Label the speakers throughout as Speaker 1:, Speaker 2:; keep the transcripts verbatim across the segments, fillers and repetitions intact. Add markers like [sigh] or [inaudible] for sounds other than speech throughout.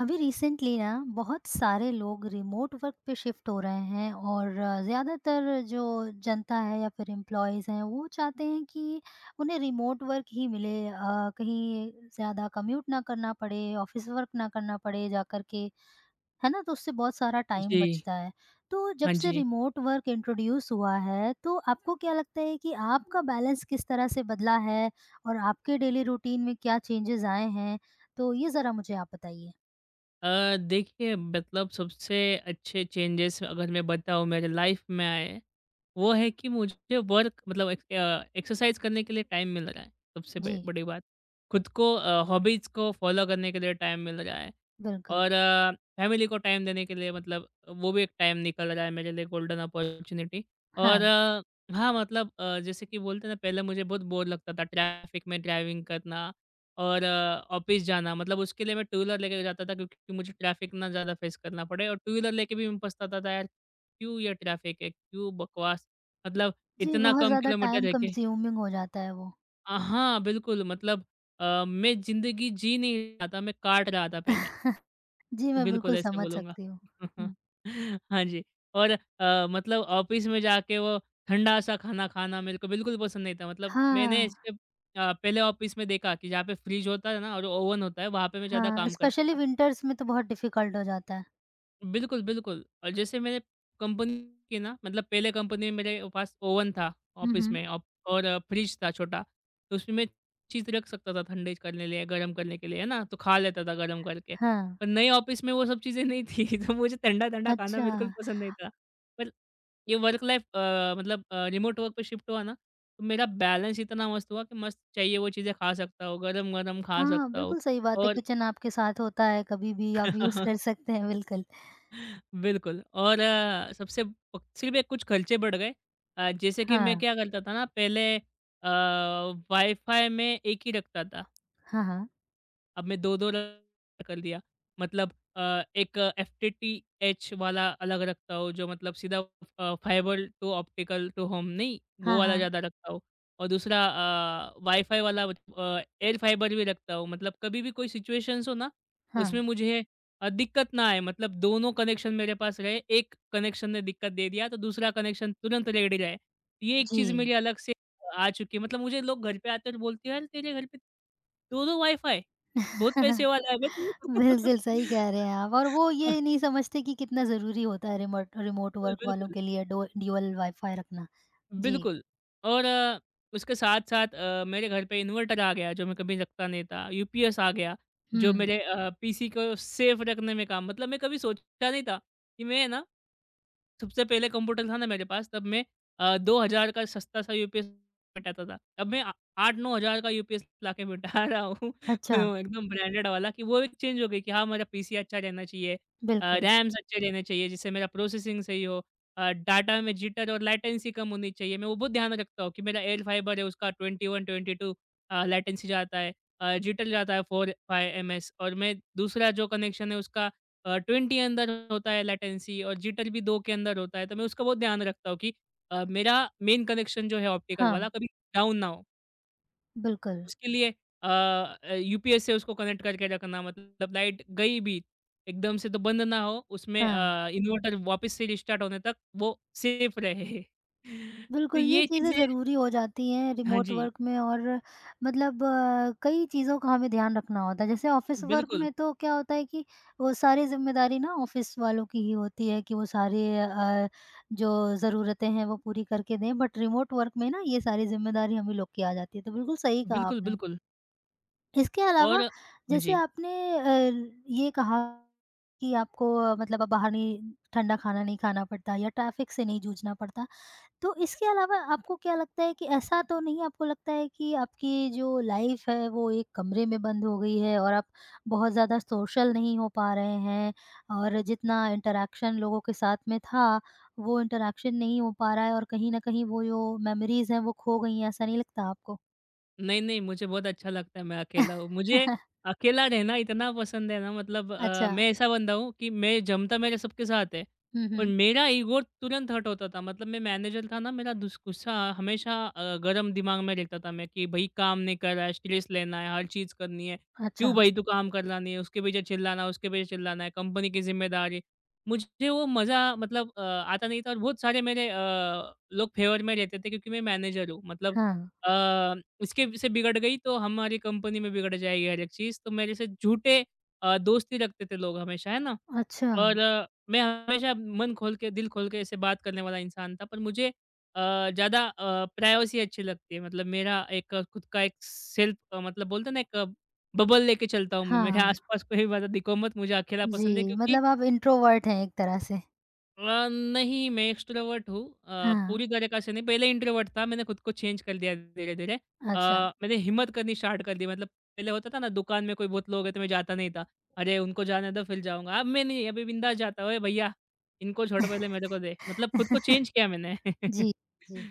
Speaker 1: अभी रिसेंटली ना बहुत सारे लोग रिमोट वर्क पे शिफ्ट हो रहे हैं और अ, ज़्यादातर जो जनता है या फिर एम्प्लॉयज़ हैं वो चाहते हैं कि उन्हें रिमोट वर्क ही मिले अ, कहीं ज़्यादा कम्यूट ना करना पड़े ऑफिस वर्क ना करना पड़े जा कर के है ना। तो उससे बहुत सारा टाइम
Speaker 2: जी,
Speaker 1: बचता है। तो जब
Speaker 2: हाँ
Speaker 1: से
Speaker 2: जी।
Speaker 1: रिमोट वर्क इंट्रोड्यूस हुआ है तो आपको क्या लगता है कि आपका बैलेंस किस तरह से बदला है और आपके डेली रूटीन में क्या चेंजेस आए हैं? तो ये ज़रा मुझे आप बताइए।
Speaker 2: अ, देखिए मतलब सबसे अच्छे चेंजेस अगर मैं बताऊँ मेरे लाइफ में आए, वो है कि मुझे वर्क मतलब एक अ, एक्सरसाइज़ करने के लिए टाइम मिल रहा है, सबसे
Speaker 1: जी
Speaker 2: ब बड़ी बात। खुद को अ, हॉबीज़ को फ़ॉलो करने के लिए टाइम मिल रहा है
Speaker 1: बिल्कुल,
Speaker 2: और अ, फैमिली को टाइम देने के लिए मतलब वो भी एक टाइम निकल रहा है मेरे लिए गोल्डन अपॉर्च्युनिटी और
Speaker 1: हाँ।
Speaker 2: अ, हाँ, मतलब अ, जैसे कि बोलते हैं ना पहले मुझे बहुत बोर लगता था ट्रैफ़िक में ड्राइविंग करना और अ, ऑफ़िस जाना मतलब उसके लिए मैं टू व्हीलर लेके जाता था क्योंकि मुझे ट्रैफ़िक ना ज़्यादा फ़ेस करना पड़े और टू व्हीलर लेके भी मैं पछताता था यार, क्यों ये ट्रैफ़िक है? क्यों बकवास मतलब
Speaker 1: जी,
Speaker 2: इतना
Speaker 1: बहुत
Speaker 2: कम
Speaker 1: ज़्यादा
Speaker 2: किलोमीटर
Speaker 1: टाइम
Speaker 2: है कि
Speaker 1: कंज़्यूमिंग हो जाता है वो।
Speaker 2: अ, हाँ, बिल्कुल मतलब अ, मैं ज़िंदगी जी नहीं रहा था, मैं काट रहा था पहले।
Speaker 1: [laughs] जी, मैं
Speaker 2: बिल्कुल,
Speaker 1: बिल्कुल
Speaker 2: ऐसे
Speaker 1: समझ
Speaker 2: बोलूँगा।
Speaker 1: सकती हूँ।
Speaker 2: [laughs]
Speaker 1: हुँ।
Speaker 2: हाँ जी, और अ, मतलब ऑफ़िस में जाके वो ठंडा-सा खाना खाना मेरे को बिल्कुल पसंद नहीं था। मतलब मैंने
Speaker 1: हाँ,
Speaker 2: इसके अ, पहले ऑफ़िस में देखा कि जहाँ पे फ्रिज होता है ना और ओवन होता है, वहाँ पे मैं ज़्यादा
Speaker 1: हाँ,
Speaker 2: काम करता
Speaker 1: स्पेशली
Speaker 2: था।
Speaker 1: विंटर्स में तो बहुत डिफ़िकल्ट हो जाता है।
Speaker 2: बिल्कुल, बिल्कुल। और जैसे मैंने कंपनी की ना मतलब पहले कंपनी में मेरे पास ओवन था
Speaker 1: हुँ,
Speaker 2: ऑफ़िस
Speaker 1: हुँ।
Speaker 2: में औ और फ्रिज था छोटा, तो उसमें मैं चीज़ रख सकता था ठंडे करने लिए, गरम करने के लिए, है ना? तो खा लेता था गरम करके।
Speaker 1: हाँ,
Speaker 2: पर नए ऑफ़िस में वो सब चीज़ें नहीं थी, [laughs] तो मुझे ठंडा-ठंडा खाना
Speaker 1: अच्छा।
Speaker 2: बिल्कुल पसंद नहीं था। पर ये वर्क लाइफ़ अ, मतलब अ, रिमोट वर्क पे शिफ्ट हुआ ना, तो मेरा बैलेंस इतना मस्त हुआ कि मस्त चाहिए वो चीज़ें खा सकता हूँ, गरम-गरम खा
Speaker 1: हाँ,
Speaker 2: सकता हूँ
Speaker 1: बिल्कुल सही बात है,
Speaker 2: और
Speaker 1: किचन आपके साथ होता है, कभी भी आप यूज़
Speaker 2: [laughs]
Speaker 1: कर सकते हैं, बिल्कुल।
Speaker 2: बिल्कुल और अ, सबसे प सिर्फ़ एक कुछ खर्चे बढ़ गए अ, जैसे कि मैं
Speaker 1: हाँ,
Speaker 2: क्या करता था ना पहले अ, वाईफ़ाई में एक ही रखता था।
Speaker 1: हाँ, हाँ।
Speaker 2: अब मैं दो दो कर दिया। मतलब अ, एक एफटीटीएच वाला अलग रखता हूँ, जो मतलब सीधा अ, fibre to optical to home नहीं, वो
Speaker 1: हाँ,
Speaker 2: वाला
Speaker 1: हाँ,
Speaker 2: ज़्यादा रखता हूँ। और दूसरा अ, वाईफ़ाई वाला अ, एयर फाइबर भी रखता हूँ। मतलब कभी भी कोई सिचुएशंस हो ना, उसमें
Speaker 1: हाँ।
Speaker 2: मुझे अ, दिक्कत ना आए। मतलब दोनों कनेक्शन मेरे पास रहे। एक कनेक्शन ने दिक्कत दे दिया, तो दूसरा कनेक्शन तुरंत रेडी रहे। ये एक चीज़
Speaker 1: जी।
Speaker 2: मेरी अलग से आ चुकी है। मतलब मुझे लोग घर पे आते हैं और बोलते हैं, "यार, तेरे घर पे दो दो वाईफ़ाई है?" बहुत पैसे
Speaker 1: [laughs]
Speaker 2: वाला है बे तू। [laughs]
Speaker 1: बिल्कुल, सही कह रहे हैं आप और वो ये नहीं समझते कि कितना ज़रूरी होता है रिमोट रिमोट वर्क
Speaker 2: बिल्कुल,
Speaker 1: वालों
Speaker 2: बिल्कुल।
Speaker 1: के लिए डो ड्यूल वाईफ़ाई रखना। जी।
Speaker 2: बिल्कुल, और अ, उसके साथ-साथ अ, मेरे घर पे इन्वर्टर आ गया, जो मैं कभी रखता नहीं था, यूपीएस आ गया, जो
Speaker 1: हुँ।
Speaker 2: मेरे अ, पीसी को सेफ रखने में काम मतलब मैं कभी सोचा नहीं था कि मैं ना सबसे पहले कंप्यूटर था ना मेरे पास, तब मैं अ, दो हज़ार का सस्ता सा यूपीएस बैठाता था। अब मैं आ आठ नौ हज़ार का यूपीएस लाके बैठा रहा हूँ,
Speaker 1: अच्छा,
Speaker 2: [laughs] एकदम ब्रांडेड वाला कि वो एक चेंज हो गई कि हाँ, मेरा पीसी अच्छा रहना चाहिए अ,
Speaker 1: बिल्कुल।
Speaker 2: रैम्स अच्छे रहने चाहिए, जिससे मेरा प्रोसेसिंग सही हो। अ, डाटा में जिटर और लेटेंसी कम होनी चाहिए। मैं वो बहुत ध्यान रखता हूँ कि मेरा एयर फाइबर है उसका इक्कीस बाईस अ, लेटेंसी जाता है। अ, जिटर जाता है चार पाँच एमएस और मैं दूसरा जो कनेक्शन है उसका अ, ट्वेंटी अंदर होता है लेटेंसी और जिटर भी दो के अंदर होता है। तो मैं उसका बहुत ध्यान रखता हूँ कि अ, मेरा मेन कनेक्शन जो है ऑप्टिकल
Speaker 1: हाँ,
Speaker 2: वाला कभी डाउन ना हो।
Speaker 1: बिल्कुल,
Speaker 2: उसके लिए अ अ, यूपीएस से उसको कनेक्ट करके रखना मतलब लाइट गई भी एकदम से तो बंद ना हो उसमें
Speaker 1: हाँ।
Speaker 2: अ, इन्वर्टर वापस से रिस्टार्ट होने तक वो सेफ रहे [laughs] तो
Speaker 1: बिल्कुल, ये
Speaker 2: ये
Speaker 1: चीज़ें
Speaker 2: चीज़ें
Speaker 1: ज़रूरी हो जाती हैं
Speaker 2: हाँ
Speaker 1: रिमोट
Speaker 2: जी,
Speaker 1: वर्क में और मतलब अ, कई चीज़ों का हमें ध्यान रखना होता है। जैसे ऑफ़िस वर्क
Speaker 2: बिल्कुल,
Speaker 1: में तो क्या होता है कि वो सारी ज़िम्मेदारी ना ऑफ़िस वालों की ही होती है कि वो सारी अ, जो ज़रूरतें हैं वो पूरी करके दें, बट रिमोट वर्क में ना ये सारी ज़िम्मेदारी हम ही लोग की आ जाती है। तो बिल्कुल सही कहा
Speaker 2: बिल्कुल,
Speaker 1: आपने।
Speaker 2: बिल्कुल
Speaker 1: इसके
Speaker 2: और
Speaker 1: अलावा
Speaker 2: हाँ
Speaker 1: जैसे
Speaker 2: जी।
Speaker 1: आपने अ, ये कहा कि आपको अ, मतलब अब बाहर नहीं ठंडा खाना नहीं खाना पड़ता या ट्रैफिक से नहीं जूझना पड़ता। तो इसके अलावा आपको क्या लगता है कि ऐसा तो नहीं आपको लगता है कि आपकी जो लाइफ़ है वो एक कमरे में बंद हो गई है और आप बहुत ज़्यादा सोशल नहीं हो पा रहे हैं और जितना इंटरैक्शन लोगों के साथ में था, वो इंटरैक्शन नहीं हो पा रहा है और कहीं न कहीं वो जो मेमोरीज़ हैं वो खो गई हैं, ऐसा नहीं लगता आपको?
Speaker 2: नहीं, नहीं, मुझे बहुत अच्छा लगता है मैं अकेला हूँ। मुझे
Speaker 1: [laughs]
Speaker 2: अकेला रहना इतना पसंद है ना मतलब अ,
Speaker 1: अच्छा।
Speaker 2: मैं ऐसा बंदा हूँ कि मैं जमता मेरा सबके साथ है,
Speaker 1: हुँ,
Speaker 2: पर
Speaker 1: हुँ।
Speaker 2: मेरा ईगो तुरंत हर्ट होता था। मतलब मैं मैनेजर था ना मेरा दुस गुस्सा हमेशा अ, गरम दिमाग में रहता था मैं कि भई काम नहीं कर रहा है, स्ट्रेस लेना है, हर चीज़ करनी है।
Speaker 1: अच्छा,
Speaker 2: क्यों भाई तू काम कर रहा नहीं है? उसके पीछे चिल्लाना, उसके पीछे चिल्लाना है, कंपनी की ज़िम्मेदारी। मुझे वो मज़ा मतलब अ, आता नहीं था और बहुत सारे मेरे अ, लोग फेवर में रहते थे क्योंकि मैं मैनेजर हूँ। मतलब
Speaker 1: हाँ।
Speaker 2: अ, इसके से बिगड़ गई तो हमारी कंपनी में बिगड़ जाएगी हर एक चीज़। तो मेरे से झूठे अ, दोस्ती रखते थे लोग हमेशा, है ना?
Speaker 1: अच्छा,
Speaker 2: और अ, मैं हमेशा मन खोल के, दिल खोल के ऐसे बात करने वाला इंसान था। पर मुझे अ, ज़्यादा अ, प्राइवेसी अच्छी लगती है। मतलब मेरा एक अ, खुद का एक सेल्फ अ, मतलब बोलते हैं ना एक बबल लेके चलता हूँ मैं। मेरे
Speaker 1: हाँ।
Speaker 2: आस-पास कोई ज़्यादा दिखो मत, मुझे अकेला पसंद है
Speaker 1: जी,
Speaker 2: क्योंकि
Speaker 1: मतलब आप इंट्रोवर्ट हैं एक तरह से।
Speaker 2: अ, नहीं, मैं एक्स्ट्रोवर्ट हूँ अ,
Speaker 1: हाँ,
Speaker 2: पूरी तरीक़ा से नहीं, पहले इंट्रोवर्ट था, मैंने खुद को चेंज कर दिया धीरे-धीरे। अ,
Speaker 1: अच्छा।
Speaker 2: मैंने हिम्मत करनी स्टार्ट कर दी मतलब पहले होता था ना दुकान में कोई बहुत लोग है तो मैं जाता नहीं था। अरे! उनको जाने दो फिर जाऊँगा, अब मैं नहीं अभी बिंदास जाता हूँ, "ओए भईया! इनको छोड़ पहले मेरे को दे।" मतलब खुद को चेंज किया मैंने। [laughs]
Speaker 1: जी, जी।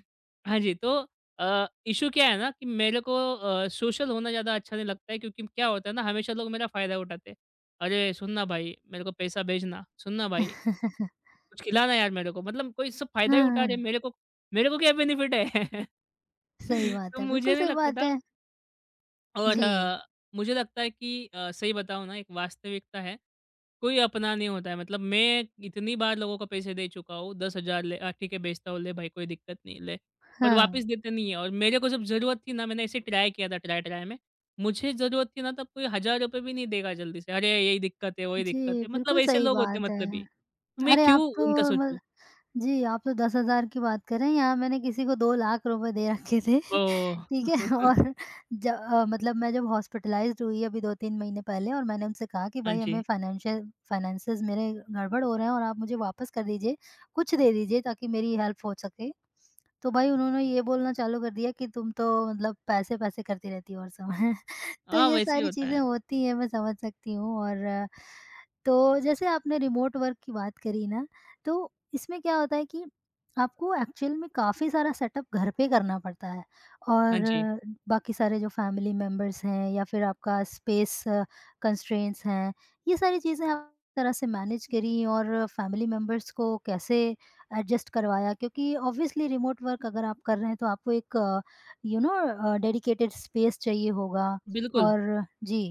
Speaker 2: हाँ जी, तो अ, इश्यू क्या है ना कि मेरे को अ, सोशल होना ज़्यादा अच्छा नहीं लगता है क्योंकि क्या होता है ना हमेशा लोग मेरा फ़ायदा उठाते हैं। "अरे! सुन ना भाई, मेरे को पैसा भेजना, सुन ना भाई
Speaker 1: [laughs]
Speaker 2: कुछ खिलाना यार मेरे को मतलब कोई इससे फ़ायदा ही उठा रहे
Speaker 1: हाँ,
Speaker 2: हैं मेरे को मेरे को क्या बेनिफिट है?
Speaker 1: सही
Speaker 2: [laughs]
Speaker 1: बात
Speaker 2: तो
Speaker 1: है,
Speaker 2: मुझे
Speaker 1: बिल्कुल
Speaker 2: नहीं
Speaker 1: सही
Speaker 2: लगता
Speaker 1: बात
Speaker 2: था
Speaker 1: है।
Speaker 2: और
Speaker 1: जी,
Speaker 2: अ, मुझे लगता है कि अ, सही बताऊँ ना एक वास्तविकता है, कोई अपना नहीं होता है मतलब मैं इतनी बार लोगों को पैसे दे चुका हूँ दस हज़ार ले अ, ठीक है बेचता हूँ ले भाई कोई दिक्कत नहीं ले, पर वापस
Speaker 1: हाँ।
Speaker 2: देते नहीं है और मेरे को जब ज़रूरत थी ना मैंने ऐसे ट्राई किया था ट्राई-ट्राई में, मुझे ज़रूरत थी ना तब कोई हज़ार रुपए भी नहीं देगा जल्दी से, अरे! यही दिक्कत है, वही दिक्कत
Speaker 1: जी,
Speaker 2: है, मतलब
Speaker 1: बिल्कुल
Speaker 2: ऐसे
Speaker 1: सही
Speaker 2: लोग होते हैं
Speaker 1: बात
Speaker 2: मतलबी,
Speaker 1: है।
Speaker 2: मैं
Speaker 1: अरे,
Speaker 2: क्यों
Speaker 1: आप तो
Speaker 2: उनका
Speaker 1: म
Speaker 2: सोचूँ?
Speaker 1: जी, आप तो दस हज़ार की बात कर रहे हैं, यहाँ मैंने किसी को 2 लाख रुपए दे रखे थे, [laughs]
Speaker 2: ओह!
Speaker 1: ठीक है?
Speaker 2: [laughs]
Speaker 1: और ज अ, मतलब मैं जब हॉस्पिटलाइज़्ड हुई अभी दो तीन महीने पहले और मैंने उनसे कहा कि
Speaker 2: हाँ
Speaker 1: भाई हमें
Speaker 2: जी।
Speaker 1: फाइनेंशियल फाइनेंसेस मेरे गड़बड़ हो रहे हैं और आप मुझे वापस कर दीजिए, कुछ दे दीजिए ताकि मेरी हेल्प हो सके। तो भाई उन्होंने ये बोलना चालू कर दिया कि तुम तो मतलब पैसे-पैसे करती रहती हो हर समय। [laughs] तो
Speaker 2: हाँ,
Speaker 1: ये
Speaker 2: वैसे ही
Speaker 1: सारी
Speaker 2: होता
Speaker 1: चीज़ें
Speaker 2: है।
Speaker 1: होती हैं, मैं समझ सकती हूँ और अ, तो जैसे आपने रिमोट वर्क की बात करी ना, तो इसमें क्या होता है कि आपको एक्चुअल में काफ़ी सारा सेटअप घर पे करना पड़ता है
Speaker 2: हाँ जी,
Speaker 1: और बाकी सारे जो फैमिली मेंबर्स हैं या फिर आपका स्पेस कंस्ट्रेंट्स हैं ये सारी चीज़ें आप तरह से मैनेज करी और फैमिली मेंबर्स को कैसे एडजस्ट करवाया क्योंकि ऑब्वियसली रिमोट वर्क अगर आप कर रहे हैं तो आपको एक यू नो डेडिकेटेड स्पेस चाहिए होगा
Speaker 2: बिल्कुल।
Speaker 1: और जी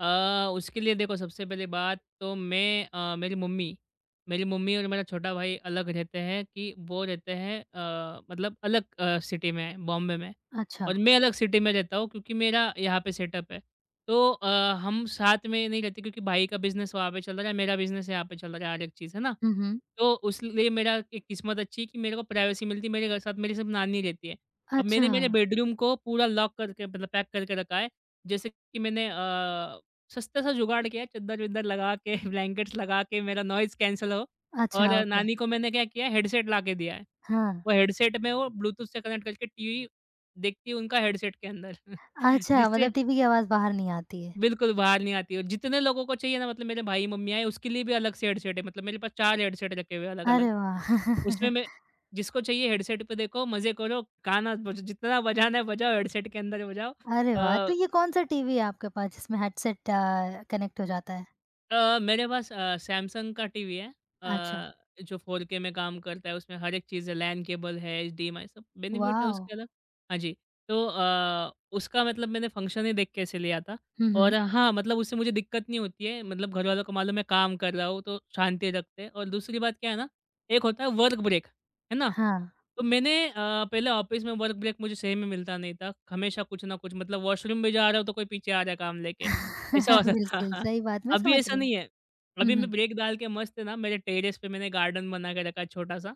Speaker 2: अ, उसके लिए देखो सबसे पहली बात तो मैं अ, मेरी मम्मी मेरी मम्मी और मेरा छोटा भाई अलग रहते हैं कि वो रहते हैं अ, मतलब अलग अ, सिटी में, बॉम्बे में
Speaker 1: अच्छा
Speaker 2: और मैं अलग सिटी में रहता हूँ क्योंकि मेरा यहाँ पे सेटअप है। तो अ, हम साथ में नहीं रहते क्योंकि भाई का बिज़नेस वहाँ पे चल रहा है, मेरा बिज़नेस यहाँ पे चल रहा है हर एक चीज़, है ना?
Speaker 1: हम्म
Speaker 2: तो उस लिए मेरा एक किस्मत अच्छी है कि मेरे को प्राइवेसी मिलती है, मेरे घर साथ मेरी सिर्फ़ नानी रहती है। अब
Speaker 1: अच्छा
Speaker 2: मैंने मेरे बेडरूम को पूरा लॉक करके मतलब पैक करके रखा है। जैसे कि मैंने अ, सस्ता सा जुगाड़ किया है, चद्दर-वद्दर लगा के [laughs] ब्लैंकेट्स लगा के मेरा नॉइज़ कैंसल हो और
Speaker 1: अच्छा ओके
Speaker 2: नानी को मैंने क्या किया है हेडसेट ला के दिया है।
Speaker 1: हाँ
Speaker 2: वो हेडसेट में वो ब्लूटूथ से कनेक्ट करके टीवी देखती है उनका हेडसेट के अंदर [laughs]
Speaker 1: अच्छा,
Speaker 2: जिससे
Speaker 1: मतलब टीवी की आवाज़ बाहर नहीं आती है।
Speaker 2: बिल्कुल, बाहर नहीं आती है। और जितने लोगों को चाहिए ना मतलब मेरे भाई मम्मी आए उसके लिए भी अलग से हेडसेट है। मतलब मेरे पास चार हेडसेट रखे हुए हैं अलग-अलग।
Speaker 1: अरे वाह!
Speaker 2: उसमें मैं
Speaker 1: [laughs]
Speaker 2: जिसको चाहिए हेडसेट पे देखो, मज़े करो, गाना बज जितना बजाना है बजाओ, हेडसेट के अंदर बजाओ।
Speaker 1: अरे वाह!
Speaker 2: अ,
Speaker 1: तो ये कौन-सा टीवी है आपके पास जिसमें हेडसेट अ, कनेक्ट हो जाता है?
Speaker 2: अ, मेरे पास अ, सैमसंग का टीवी है
Speaker 1: अच्छा,
Speaker 2: अ, जो फ़ोर के में काम करता है, उसमें हर एक चीज़ है, लैन केबल है, एचडीएमआई सब बेनिफिट है
Speaker 1: वॉव!
Speaker 2: उसके अलग। हाँ जी, तो अ, उसका मतलब मैंने फंक्शन ही देख के ऐसे लिया था
Speaker 1: हुँ,
Speaker 2: और
Speaker 1: हुँ।
Speaker 2: हाँ, मतलब उससे मुझे दिक्कत नहीं होती है, मतलब घरवालों को मालूम है काम कर रहा हूँ, तो शांति रखते हैं और दूसरी बात क्या है ना, एक होता है वर्क ब्रेक, है ना?
Speaker 1: हाँ।
Speaker 2: तो मैंने अ, पहले ऑफ़िस में वर्क ब्रेक मुझे सही में मिलता नहीं था, हमेशा कुछ ना कुछ मतलब वॉशरूम भी जा रहा हूँ, तो कोई पीछे आ रहा है काम लेके, ऐसा
Speaker 1: [laughs]
Speaker 2: होता
Speaker 1: बिल्कुल,
Speaker 2: था।
Speaker 1: सही बात, मैं
Speaker 2: अभी
Speaker 1: समझ
Speaker 2: ऐसा
Speaker 1: रही हूँ।
Speaker 2: नहीं है।
Speaker 1: हुँ,
Speaker 2: अभी मैं
Speaker 1: हुँ।
Speaker 2: ब्रेक डाल के मस्त है ना मेरे टेरेस पे मैंने गार्डन बना के रखा है छोटा-सा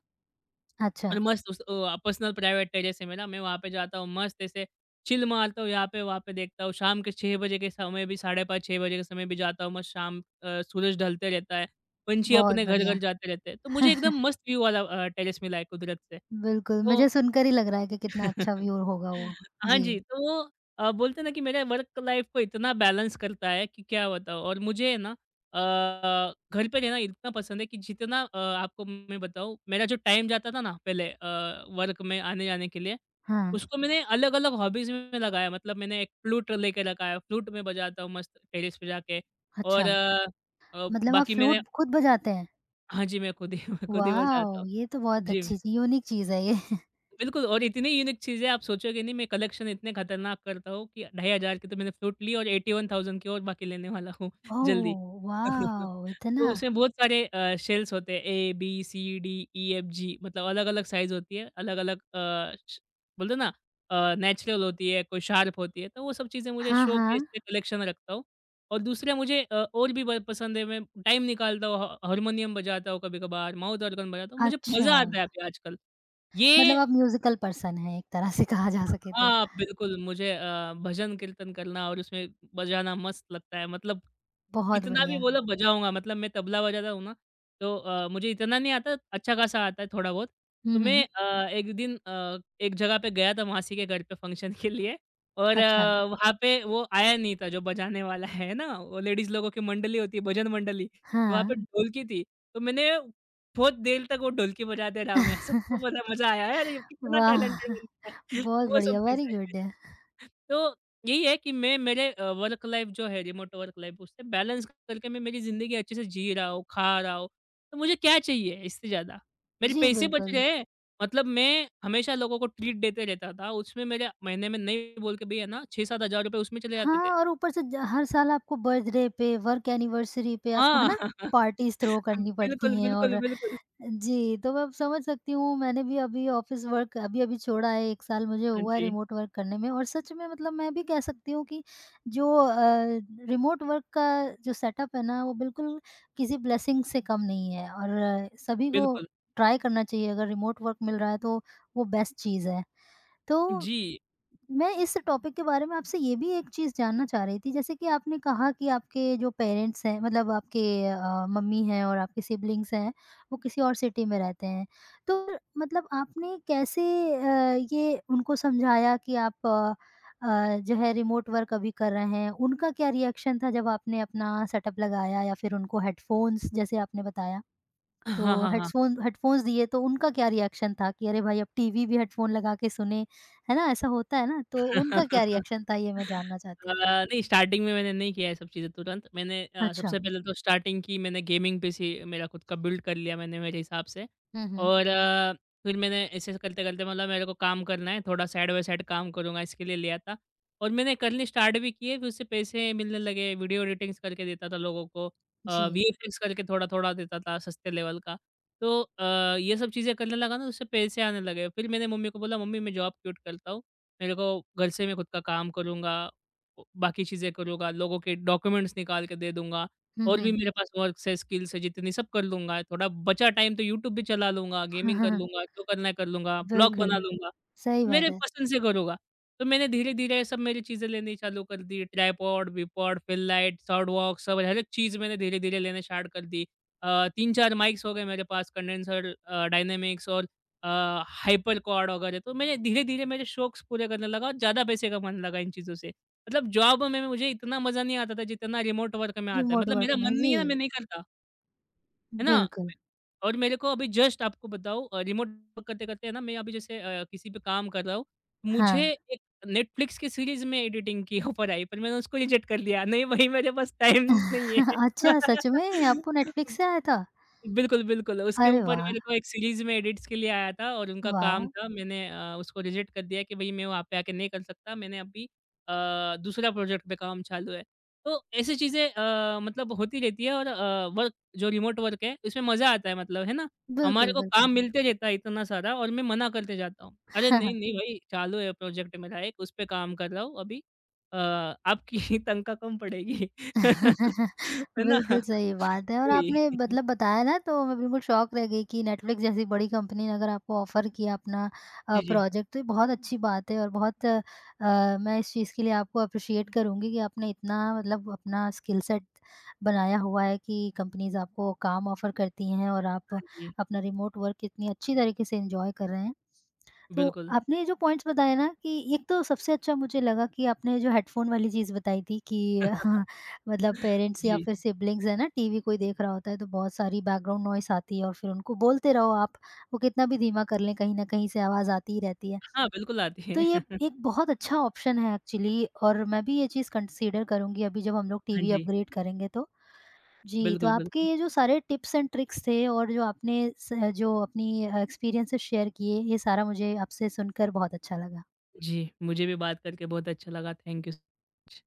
Speaker 1: अच्छा,
Speaker 2: और मस्त उस अ, पर्सनल प्राइवेट टेरेस है मेरा। मैं वहाँ पे जाता हूँ मस्त ऐसे चिल मारता हूँ यहाँ पे वहाँ पे देखता हूँ। शाम के छह बजे के समय भी साढ़े पाँच छह बजे के समय भी जाता हूँ। मस्त शाम अ, सूरज ढलते रहता है। पंछी
Speaker 1: बहुत
Speaker 2: अपने घर-घर
Speaker 1: बढ़िया।
Speaker 2: जाते रहते हैं। तो मुझे एकदम
Speaker 1: [laughs]
Speaker 2: मस्त व्यू वाला अ, टेरेस मिला है कुदरत से।
Speaker 1: बिल्कुल,
Speaker 2: तो
Speaker 1: मुझे सुनकर ही लग रहा है कि कितना अच्छा
Speaker 2: [laughs]
Speaker 1: व्यू होगा वो।
Speaker 2: हाँ
Speaker 1: जी,
Speaker 2: जी, तो वो अ, बोलते हैं ना कि मेरे वर्क लाइफ़ को इतना बैलेंस करता है कि क्या बताऊँ और मुझे है ना अ, घर पे रहना इतना पसंद है कि जितना अ, आपको मैं बताऊँ मेरा जो टाइम जाता था ना पहले अ, वर्क में आने-जाने के लिए,
Speaker 1: हाँ,
Speaker 2: उसको मैंने अलग-अलग हॉबीज़ में लगाया। मतलब मैंने एक फ्लूट लेके रखा है, फ्लूट मैं बजाता हूँ मस्त टेरेस पे जाके और
Speaker 1: अच्छा।
Speaker 2: अ अ,
Speaker 1: मतलब आप
Speaker 2: बाकी मैंने
Speaker 1: फ्लूट खुद बजाते हैं?
Speaker 2: हाँ जी, मैं खुद ही [laughs] खुद ही बजाता
Speaker 1: वॉव!
Speaker 2: हूँ।
Speaker 1: ये तो बहुत
Speaker 2: जी।
Speaker 1: अच्छी यूनिक चीज़ है ये। [laughs]
Speaker 2: बिल्कुल और इतनी यूनिक चीज़ें आप सोचोगे नहीं मैं कलेक्शन इतने खतरनाक करता हूँ कि ढाई हज़ार की तो मैंने फ्लूट ली और इक्यासी हज़ार की और बाकी लेने वाला हूँ [laughs] जल्दी।
Speaker 1: Oh,
Speaker 2: [laughs]
Speaker 1: wow!
Speaker 2: तो
Speaker 1: इतना?
Speaker 2: उसमें बहुत सारे अ, शेल्स होते हैं A, B, C, D, E, F, G मतलब अलग-अलग साइज़ होती है, अलग-अलग अ, श बोलते हैं ना अ, नेचुरल होती है, कोई शार्प होती है, तो वो सब चीज़ें मुझे
Speaker 1: हाँ,
Speaker 2: शौक है
Speaker 1: हाँ।
Speaker 2: इसलिए कलेक्शन रखता हूँ। और दूसरा मुझे अ, और भी ब पसंद है मैं टाइम निकालता हूँ ह हारमोनियम बजाता हूँ कभी-कभार, माउथ ऑर्गन बजाता हूँ, मुझे
Speaker 1: अच्छा,
Speaker 2: मज़ा आता है अभी आजकल।
Speaker 1: मतलब
Speaker 2: ये
Speaker 1: आप म्यूज़िकल पर्सन हैं एक तरह से कहा जा सके तो।
Speaker 2: हाँ, बिल्कुल मुझे अ, भजन कीर्तन करना और उसमें बजाना मस्त लगता है। मतलब
Speaker 1: बहुत
Speaker 2: कितना भी
Speaker 1: बढ़िया।
Speaker 2: बोलो बजाऊँगा मतलब मैं तबला बजाता हूँ ना, तो अ, मुझे इतना नहीं आता, अच्छा-खासा आता है थोड़ा बहुत। तो
Speaker 1: हुँ,
Speaker 2: मैं
Speaker 1: हुँ।
Speaker 2: अ, एक दिन अ, एक जगह पे गया था मासी के घर पे फंक्शन के लिए और
Speaker 1: अच्छा,
Speaker 2: अ, वहाँ पे वो आया नहीं था जो बजाने वाला है ना, वो लेडीज़ लोगों की मंडली होती है, भजन मंडली, तो वहाँ पे
Speaker 1: हाँ।
Speaker 2: ढोलकी थी। तो मैंने बहुत देर तक वो ढोलकी बजाते रहा मैं, सबको
Speaker 1: [laughs]
Speaker 2: बड़ा मज़ा आया, "अरे! ये कितना
Speaker 1: वाह!
Speaker 2: टैलेंटेड बंदा है।"
Speaker 1: बहुत
Speaker 2: वो सब
Speaker 1: बढ़िया, वेरी
Speaker 2: चीज़ें।
Speaker 1: गुड।
Speaker 2: तो यही है कि मैं मेरे अ, वर्क लाइफ़ जो है रिमोट वर्क लाइफ़ उससे बैलेंस करके मैं मेरी ज़िंदगी अच्छे से जी रहा हूँ, खा रहा हूँ। तो मुझे क्या चाहिए इससे ज़्यादा? मेरे
Speaker 1: जी,
Speaker 2: पैसे बच
Speaker 1: बिल्कुल।
Speaker 2: रहे हैं। मतलब मैं हमेशा लोगों को ट्रीट देते रहता था। उसमें मेरे महीने में नहीं बोल के भी है ना छह सात हज़ार रुपए उसमें चले जाते थे।
Speaker 1: हाँ, और ऊपर से ज हर साल आपको बर्थडे पे, वर्क एनिवर्सरी पे आपको है ना,
Speaker 2: हाँ। [laughs]
Speaker 1: पार्टीज़ थ्रो करनी पड़ती
Speaker 2: बिल्कुल,
Speaker 1: हैं और
Speaker 2: बिल्कुल, बिल्कुल।
Speaker 1: जी, तो मैं अब समझ सकती हूँ मैंने भी अभी ऑफ़िस वर्क अभी-अभी छोड़ा है एक साल मुझे
Speaker 2: हाँ
Speaker 1: हुआ है
Speaker 2: जी,
Speaker 1: रिमोट वर्क करने में और सच में मतलब मैं भी कह सकती हूँ कि जो अ, रिमोट वर्क का जो सेटअप है ना वो बिल्कुल किसी ब्लेसिंग से कम नहीं है और अ, सभी को
Speaker 2: बिल्कुल।
Speaker 1: ट्राई करना चाहिए अगर रिमोट वर्क मिल रहा है तो वो बेस्ट चीज़ है। तो
Speaker 2: जी।
Speaker 1: मैं इस टॉपिक के बारे में आपसे ये भी एक चीज़ जानना चाह रही थी, जैसे कि आपने कहा कि आपके जो पेरेंट्स हैं मतलब आपके अ, मम्मी हैं और आपके सिबलिंग्स हैं, वो किसी और सिटी में रहते हैं। तो मतलब आपने कैसे अ, ये उनको समझाया कि आप अ अ, जो है रिमोट वर्क अभी कर रहे हैं? उनका क्या रिएक्शन था जब आपने अपना सेटअप लगाया या फिर उनको हेडफ़ोन्स जैसे आपने बताया? तो
Speaker 2: हाँ, हाँ, हाँ।
Speaker 1: हेडफ़ोन हेडफ़ोन्स दिए तो उनका क्या रिएक्शन था कि अरे भाई अब टीवी भी हेडफ़ोन लगा के सुने, है ना? ऐसा होता है ना? तो उनका क्या रिएक्शन था ये मैं
Speaker 2: [laughs]
Speaker 1: जानना चाहती
Speaker 2: अ,
Speaker 1: हूँ?
Speaker 2: नहीं स्टार्टिंग में मैंने नहीं किया है सब चीज़ें तुरंत। मैंने अ,
Speaker 1: अच्छा।
Speaker 2: सबसे पहले तो स्टार्टिंग की मैंने गेमिंग पीसी मेरा खुद का बिल्ड कर लिया मैंने मेरे हिसाब से।
Speaker 1: हुँ, हुँ।
Speaker 2: और अ, फिर मैंने ऐसे-ऐसे करते-करते मतलब मेरे को काम करना है, थोड़ा साइड बाय साइड काम करूँगा इसके लिए लिया था। और मैंने करनी स्टार्ट भी की है, फिर उससे पैसे मिलने लगे, वीडियो एडिटिंग्स करके देता था लोगों को। अ,
Speaker 1: जी।
Speaker 2: वीएफएक्स करके थोड़ा-थोड़ा देता था सस्ते लेवल का। तो अ, ये सब चीज़ें करने लगा ना उससे पैसे आने लगे। फिर मैंने मम्मी को बोला मम्मी मैं जॉब क्विट करता हूँ। मेरे को घर से मैं खुद का काम करूँगा, ओ बाकी चीज़ें करूँगा, लोगों के डॉक्यूमेंट्स निकाल के दे दूँगा
Speaker 1: हुँ,
Speaker 2: और भी
Speaker 1: हुँ।
Speaker 2: मेरे पास वर्क्स है, स्किल्स है जितनी सब कर लूँगा। थोड़ा बचा टाइम तो यूट्यूब भी चला लूँगा, गेमिंग कर
Speaker 1: [laughs]
Speaker 2: लूँगा, जो करना है कर लूँगा, ब्लॉग
Speaker 1: बिल्कुल,
Speaker 2: बना लूँगा,
Speaker 1: सही बात
Speaker 2: मेरे
Speaker 1: है।
Speaker 2: पसंद से करूँगा। तो मैंने धीरे-धीरे ये सब मेरी चीज़ें लेनी चालू कर दी, tripod, bipod, fill light, sound box सब हर एक चीज़ मैंने धीरे-धीरे लेना स्टार्ट कर दी। अ, तीन चार माइक्स हो गए मेरे पास कंडेंसर अ, डायनामिक्स और अ, हाइपर क्वाड वगैरह तो मैंने धीरे-धीरे मेरे शौक़ पूरे करने लगा और ज़्यादा पैसे कमाने लगा इन चीज़ों से। मतलब जॉब में मुझे इतना मज़ा नहीं आता था जितना रिमोट वर्क में आता है।
Speaker 1: रिमोट
Speaker 2: मतलब
Speaker 1: वर्क
Speaker 2: मेरा
Speaker 1: में,
Speaker 2: मन नहीं
Speaker 1: जी।
Speaker 2: है ना मैं नहीं करता, है ना?
Speaker 1: बिल्कुल,
Speaker 2: और मेरे को अभी जस्ट आपको बताऊँ अ, रिमोट वर्क करते-करते है ना मैं अभी जैसे अ, किसी पे काम कर रहा हूँ, मुझे
Speaker 1: हाँ।
Speaker 2: एक नेटफ्लिक्स की सीरीज़ में एडिटिंग की ऑफ़र आई पर मैंने उसको रिजेक्ट कर दिया। नहीं भाई मेरे पास टाइम नहीं है।
Speaker 1: [laughs] अच्छा सच में? आपको नेटफ्लिक्स
Speaker 2: [laughs]
Speaker 1: से आया था?
Speaker 2: बिल्कुल, बिल्कुल, उसके
Speaker 1: अरे
Speaker 2: ऊपर
Speaker 1: वाह!
Speaker 2: मेरे को एक सीरीज़ में एडिट्स के लिए आया था और उनका
Speaker 1: वाओ!
Speaker 2: काम था मैंने अ, उसको रिजेक्ट कर दिया कि भई मैं वहाँ पे आके नहीं कर सकता, मैंने अभी अ, दूसरा प्रोजेक्ट पे काम चालू है। तो ऐसी चीज़ें अ, मतलब होती रहती है और अ, वर्क जो रिमोट वर्क है इसमें मज़ा आता है मतलब, है ना? हमारे
Speaker 1: बिल्कुल,
Speaker 2: को काम
Speaker 1: बिल्कुल।
Speaker 2: मिलते रहता है इतना सारा और मैं मना करते जाता हूँ। अरे नहीं,
Speaker 1: [laughs]
Speaker 2: नहीं भाई चालू है प्रोजेक्ट मेरा एक उस पे काम कर रहा हूँ अभी अ, आपकी [laughs] तनख्वाह कम पड़ेगी। [laughs]
Speaker 1: [laughs]
Speaker 2: है ना?
Speaker 1: बिल्कुल
Speaker 2: [laughs]
Speaker 1: सही बात है और
Speaker 2: वही।
Speaker 1: आपने
Speaker 2: [laughs]
Speaker 1: मतलब बताया ना तो मैं बिल्कुल शॉक रह गई कि नेटफ्लिक्स जैसी बड़ी कंपनी ने अगर आपको ऑफर किया अपना अ,
Speaker 2: जी, जी।
Speaker 1: प्रोजेक्ट तो ये बहुत अच्छी बात है और बहुत अ, अ, मैं इस चीज़ के लिए आपको अप्रिशिएट करूंगी कि आपने इतना मतलब अपना स्किल सेट बनाया हुआ है कि कंपनीज आपको काम ऑफर करती हैं और आप
Speaker 2: हाँ जी।
Speaker 1: अपना रिमोट वर्क इतनी अच्छी तरीके से एंजॉय कर रहे हैं तो
Speaker 2: बिल्कुल।
Speaker 1: आपने ये जो पॉइंट्स बताए ना कि एक तो सबसे अच्छा मुझे लगा कि आपने जो हेडफोन वाली चीज़ बताई थी कि [laughs] हाँ, मतलब पेरेंट्स या
Speaker 2: जी।
Speaker 1: फिर सिब्लिंग्स है ना टीवी कोई देख रहा होता है तो बहुत सारी बैकग्राउंड नॉइस आती है और फिर उनको बोलते रहो आप वो कितना भी धीमा कर लें कहीं ना कहीं से आवाज़ आती ही रहती है
Speaker 2: हाँ, बिल्कुल आती
Speaker 1: तो ये
Speaker 2: है। [laughs]
Speaker 1: एक बहुत अच्छा ऑप्शन है एक्चुअली और मैं भी ये चीज़ कंसिडर करूंगी अभी जब हम लोग
Speaker 2: हाँ
Speaker 1: टीवी
Speaker 2: जी।
Speaker 1: अपग्रेड करेंगे तो जी, तो
Speaker 2: बिल्कुल,
Speaker 1: आपके
Speaker 2: बिल्कुल।
Speaker 1: ये जो सारे टिप्स एंड ट्रिक्स थे और जो आपने स जो अपनी एक्सपीरियंसेस शेयर किए, ये सारा मुझे आपसे सुनकर बहुत अच्छा लगा।
Speaker 2: जी, मुझे भी बात करके बहुत अच्छा लगा। थैंक यू स